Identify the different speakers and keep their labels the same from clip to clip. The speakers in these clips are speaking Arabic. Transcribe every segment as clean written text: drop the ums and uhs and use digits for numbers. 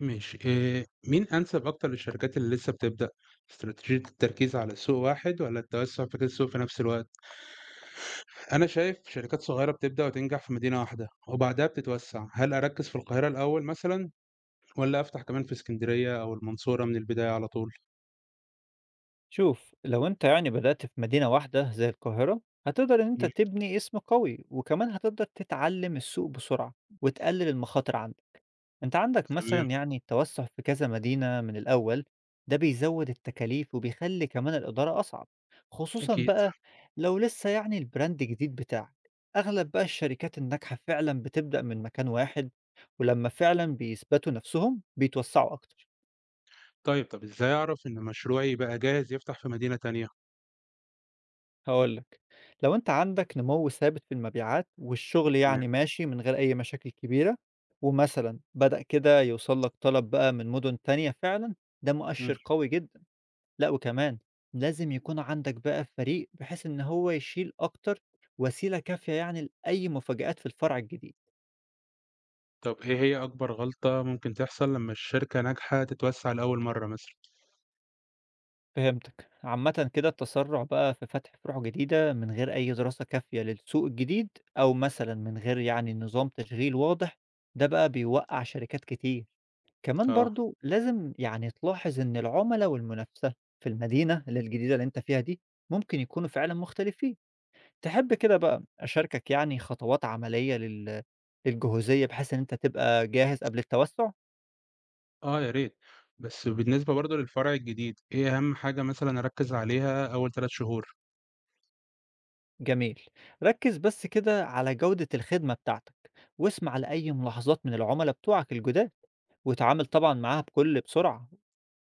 Speaker 1: ماشي، مين أنسب أكتر للشركات اللي لسه بتبدأ؟ استراتيجية التركيز على سوق واحد والّا التوسع في كذا سوق في نفس الوقت؟ أنا شايف شركات صغيرة بتبدأ وتنجح في مدينة واحدة وبعدها بتتوسع، هل أركّز في القاهرة الأول مثلًا والّا أفتح كمان في إسكندرية أو المنصورة من البداية على طول؟
Speaker 2: شوف، لو انت بدأت في مدينة واحدة زي القاهرة، هتقدر ان انت
Speaker 1: إمم،
Speaker 2: تبني اسم قوي، وكمان هتقدر تتعلم السوق بسرعة وتقلل المخاطر عندك. انت عندك
Speaker 1: تمام.
Speaker 2: مثلا التوسع في كذا مدينة من الأول، ده بيزود التكاليف وبيخلي كمان الإدارة أصعب، خصوصا
Speaker 1: أكيد.
Speaker 2: بقى لو لسه البراند جديد بتاعك. أغلب بقى الشركات الناجحة فعلا بتبدأ من مكان واحد، ولما فعلا بيثبتوا نفسهم بيتوسعوا أكتر.
Speaker 1: طيب، طب إزاي أعرف إن مشروعي بقى جاهز يفتح في مدينة تانية؟
Speaker 2: هاقول لك، لو أنت عندك نمو ثابت في المبيعات والشغل
Speaker 1: تمام.
Speaker 2: ماشي من غير أي مشاكل كبيرة، ومثلًا بدأ كده يوصل لك طلب بقى من مدن تانية فعلًا، ده
Speaker 1: إمم.
Speaker 2: مؤشر قوي جدًا. لأ، وكمان لازم يكون عندك بقى فريق بحيث إن هو يشيل أكتر، وسيلة كافية يعني لأي مفاجآت في الفرع الجديد.
Speaker 1: طب إيه هي أكبر غلطة ممكن تحصل لمّا الشركة ناجحة تتوسع لأول مرّة مثلًا؟
Speaker 2: فهمتك، عامةً كده التسرع بقى في فتح فروع جديدة من غير أي دراسة كافية للسوق الجديد، أو مثلًا من غير نظام تشغيل واضح، ده بقى بيوقّع شركات كتير. كمان
Speaker 1: آه.
Speaker 2: برضه لازم تلاحظ إن العُملا والمنافسة في المدينة اللي هي الجديدة اللي أنت فيها دي، ممكن يكونوا فعلًا مختلفين. تحب كده بقى أشاركك خطوات عملية للجهوزية بحيث إن أنت تبقى جاهز قبل التوسُّع؟
Speaker 1: آه، يا ريت. بس بالنسبة برضه للفرع الجديد، إيه أهم حاجة مثلًا أركّز عليها أول 3 شهور؟
Speaker 2: جميل. ركِّز بس كده على جودة الخدمة بتاعتك، واسمع لأي ملاحظات من العُملا بتوعك الجُداد، واتعامل طبعًا معاها بكل بسرعة.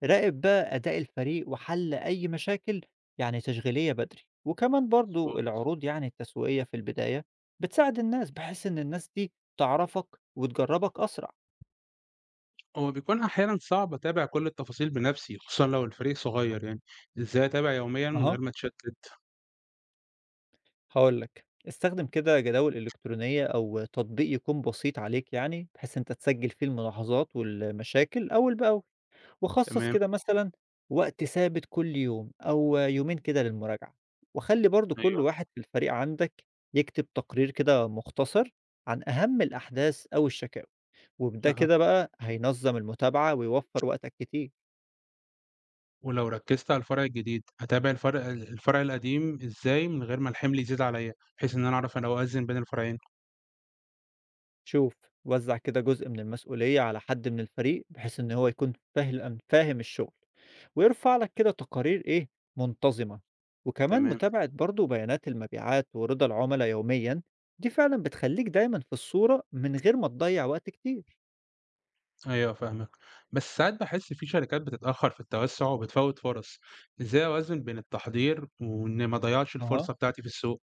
Speaker 2: راقب بقى أداء الفريق وحل أي مشاكل تشغيلية بدري، وكمان برضو
Speaker 1: مضبوط.
Speaker 2: العروض التسويقية في البداية بتساعد الناس، بحيث إن الناس دي تعرفك وتجربك أسرع.
Speaker 1: هو بيكون أحيانًا صعب أتابع كل التفاصيل بنفسي، خصوصًا لو الفريق صغير يعني، إزاي أتابع يوميًا من
Speaker 2: اها،
Speaker 1: غير ما أتشتت؟
Speaker 2: هقول لك، استخدم كده جداول إلكترونية أو تطبيق يكون بسيط عليك، بحيث أنت تسجل فيه الملاحظات والمشاكل أول بأول، وخصّص
Speaker 1: تمام.
Speaker 2: كده مثلًا وقت ثابت كل يوم أو يومين كده للمراجعة، وخلّي برضه كل
Speaker 1: أيوه.
Speaker 2: واحد في الفريق عندك يكتب تقرير كده مختصر عن أهم الأحداث أو الشكاوي، وبده
Speaker 1: أها.
Speaker 2: كده بقى هينظّم المتابعة ويوفّر وقتك كتير.
Speaker 1: ولو ركّزت على الفرع الجديد، أتابع الفرع القديم إزاي من غير ما الحمل يزيد عليَّ، بحيث إن أنا أعرف أنا أوازن بين الفرعين؟
Speaker 2: شوف، وزع كده جزء من المسؤولية على حد من الفريق، بحيث إن هو يكون فاهم الشغل، ويرفع لك كده تقارير إيه منتظمة، وكمان
Speaker 1: تمام.
Speaker 2: متابعة برضو بيانات المبيعات ورضا العملاء يوميا. دي فعلا بتخليك دايما في الصورة من غير ما تضيع وقت كتير.
Speaker 1: أيوه فاهمك، بس ساعات باحس في شركات بتتأخر في التوسّع وبتفوّت فرص، إزاي أوازن بين التحضير وإني ما أضيّعش
Speaker 2: اها،
Speaker 1: الفرصة بتاعتي في السوق؟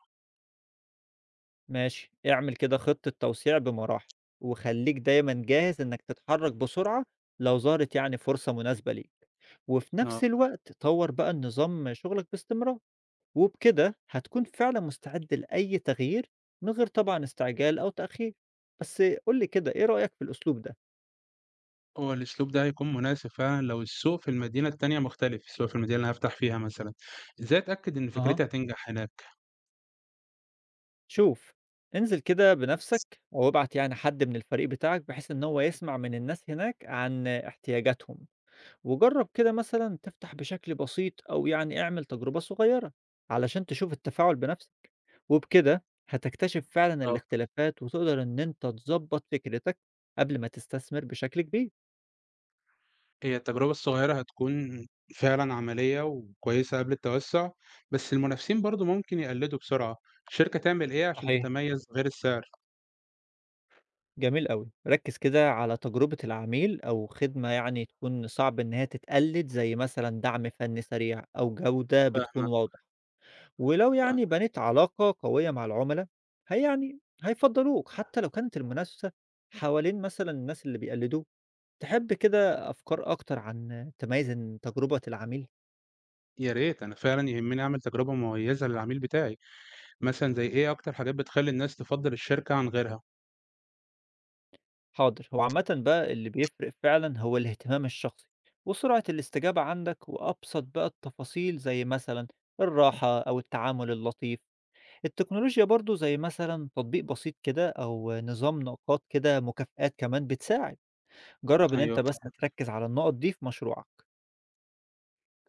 Speaker 2: ماشي، اعمل كده خطة توسيع بمراحل، وخليك دايما جاهز إنك تتحرك بسرعة لو ظهرت فرصة مناسبة ليك، وفي
Speaker 1: آه.
Speaker 2: نفس الوقت طور بقى النظام شغلك باستمرار، وبكده هتكون فعلا مستعد لأي تغيير من غير طبعا استعجال أو تأخير. بس قول لي كده، إيه رأيك في الأسلوب ده؟
Speaker 1: هو الأسلوب ده هيكون مناسب فعلًا لو السوق في المدينة التانية مختلف، السوق في المدينة اللي هافتح فيها مثلًا، إزاي أتأكد إن
Speaker 2: اها،
Speaker 1: فكرتي هتنجح هناك؟
Speaker 2: شوف، انزل كده بنفسك أو ابعت حد من الفريق بتاعك بحيث إن هو يسمع من الناس هناك عن احتياجاتهم، وجرب كده مثلا تفتح بشكل بسيط، أو اعمل تجربة صغيرة علشان تشوف التفاعل بنفسك، وبكده هتكتشف فعلا
Speaker 1: آه.
Speaker 2: الاختلافات وتقدر إن أنت تظبط فكرتك قبل ما تستثمر بشكل كبير.
Speaker 1: هي التجربة الصغيرة هتكون فعلًا عملية وكويسة قبل التوسّع، بس المنافسين برضه ممكن يقلّدوا بسرعة، الشركة تعمل إيه عشان
Speaker 2: صحيح،
Speaker 1: تتميّز غير السعر؟
Speaker 2: جميل أوي. ركّز كده على تجربة العميل أو خدمة تكون صعب إن هي تتقلد، زي مثلًا دعم فني سريع أو جودة بتكون
Speaker 1: فاهمك.
Speaker 2: واضحة. ولو
Speaker 1: فاهمك.
Speaker 2: بنيت علاقة قوية مع العملا، هي هيفضّلوك حتى لو كانت المنافسة حوالين مثلًا الناس اللي بيقلدوك. تحب كده أفكار أكتر عن تميّز إن تجربة العميل؟
Speaker 1: يا ريت، أنا فعلًا يهمني أعمل تجربة مميزة للعميل بتاعي، مثلًا زي إيه أكتر حاجات بتخلّي الناس تفضّل الشركة عن غيرها؟
Speaker 2: حاضر، هو عامة بقى اللي بيفرق فعلا هو الاهتمام الشخصي وسرعة الاستجابة عندك، وأبسط بقى التفاصيل زي مثلا الراحة أو التعامل اللطيف. التكنولوجيا برضو زي مثلا تطبيق بسيط كده، أو نظام نقاط كده مكافآت، كمان بتساعد. جرب إن أنت
Speaker 1: أيوه
Speaker 2: بس
Speaker 1: فاهمك.
Speaker 2: تركز على النقط دي في مشروعك.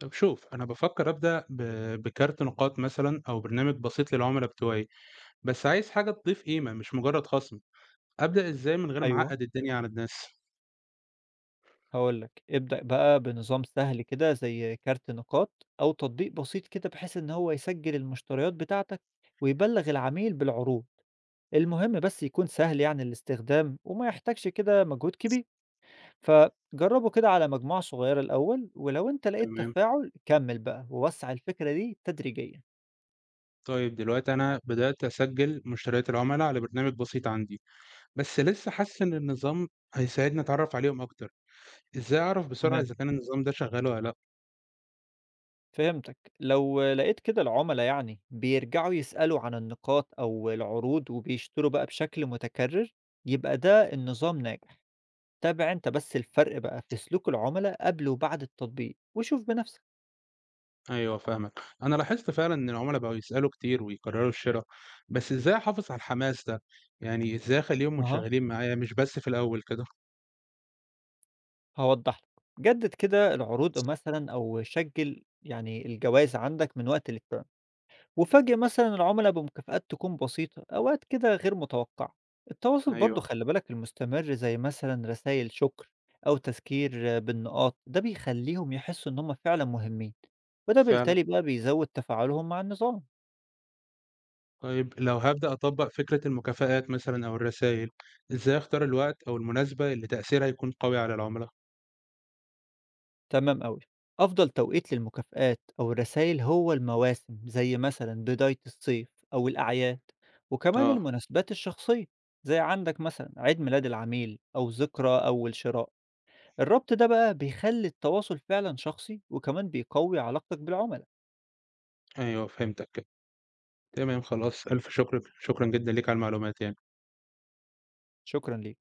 Speaker 1: طب شوف، أنا بافكّر أبدأ ب بكارت نقاط مثلًا أو برنامج بسيط للعملا بتوعي، بس عايز حاجة تضيف قيمة مش مجرّد خصم، أبدأ إزاي من غير ما
Speaker 2: أيوة،
Speaker 1: أعقّد الدنيا على الناس؟
Speaker 2: هقولك، ابدأ بقى بنظام سهل كده زي كارت نقاط، أو تطبيق بسيط كده بحيث إن هو يسجل المشتريات بتاعتك ويبلغ العميل بالعروض. المهم بس يكون سهل الاستخدام وما يحتاجش كده مجهود كبير. فجربه كده على مجموعة صغيرة الأول، ولو أنت لقيت
Speaker 1: تمام.
Speaker 2: تفاعل كمل بقى ووسع الفكرة دي تدريجيا.
Speaker 1: طيب دلوقتي أنا بدأت أسجّل مشتريات العملا على برنامج بسيط عندي، بس لسه حاسس إن النظام هيساعدني أتعرّف عليهم أكتر، إزاي أعرف بسرعة
Speaker 2: تمام،
Speaker 1: إذا كان النظام ده شغّال والّا لأ؟
Speaker 2: فهمتك، لو لقيت كده العملاء بيرجعوا يسألوا عن النقاط أو العروض وبيشتروا بقى بشكل متكرر، يبقى ده النظام ناجح. تابع أنت بس الفرق بقى في سلوك العملاء قبل وبعد التطبيق وشوف بنفسك.
Speaker 1: أيوه فاهمك. أنا لاحظت فعلًا إن العُملا بقوا يسألوا كتير ويكرروا الشِرا، بس إزاي أحافظ على الحماس ده؟ يعني إزاي أخلّيهم
Speaker 2: أها،
Speaker 1: منشغلين معايا مش بس في الأول كده؟
Speaker 2: هاوضّح لك، جدد كده العروض مثلًا أو شجّل الجوايز عندك من وقت للتاني، وفاجئ مثلًا العملا بمكافآت تكون بسيطة، أوقات كده غير متوقعة. التواصل برضه
Speaker 1: أيوه
Speaker 2: خلّي بالك المستمر، زي مثلًا رسايل شكر أو تذكير بالنقاط، ده بيخلّيهم يحسّوا إن هم فعلًا مهمين، وده
Speaker 1: فعلًا.
Speaker 2: بالتالي بقى بيزوّد تفاعلهم مع النظام.
Speaker 1: طيب لو هابدأ أطبّق فكرة المكافآت مثلًا أو الرسايل، إزاي أختار الوقت أو المناسبة اللي تأثيرها يكون قوي على العُملا؟
Speaker 2: تمام أوي. أفضل توقيت للمكافآت أو الرسايل هو المواسم زي مثلا بداية الصيف أو الأعياد، وكمان
Speaker 1: آه.
Speaker 2: المناسبات الشخصية زي عندك مثلا عيد ميلاد العميل أو ذكرى أول شراء. الربط ده بقى بيخلي التواصل فعلا شخصي، وكمان بيقوي علاقتك بالعملاء.
Speaker 1: أيوه فهمتك. تمام خلاص، ألْف شكر، شكرًا جدًا ليك على المعلومات يعني.
Speaker 2: شكرا ليك.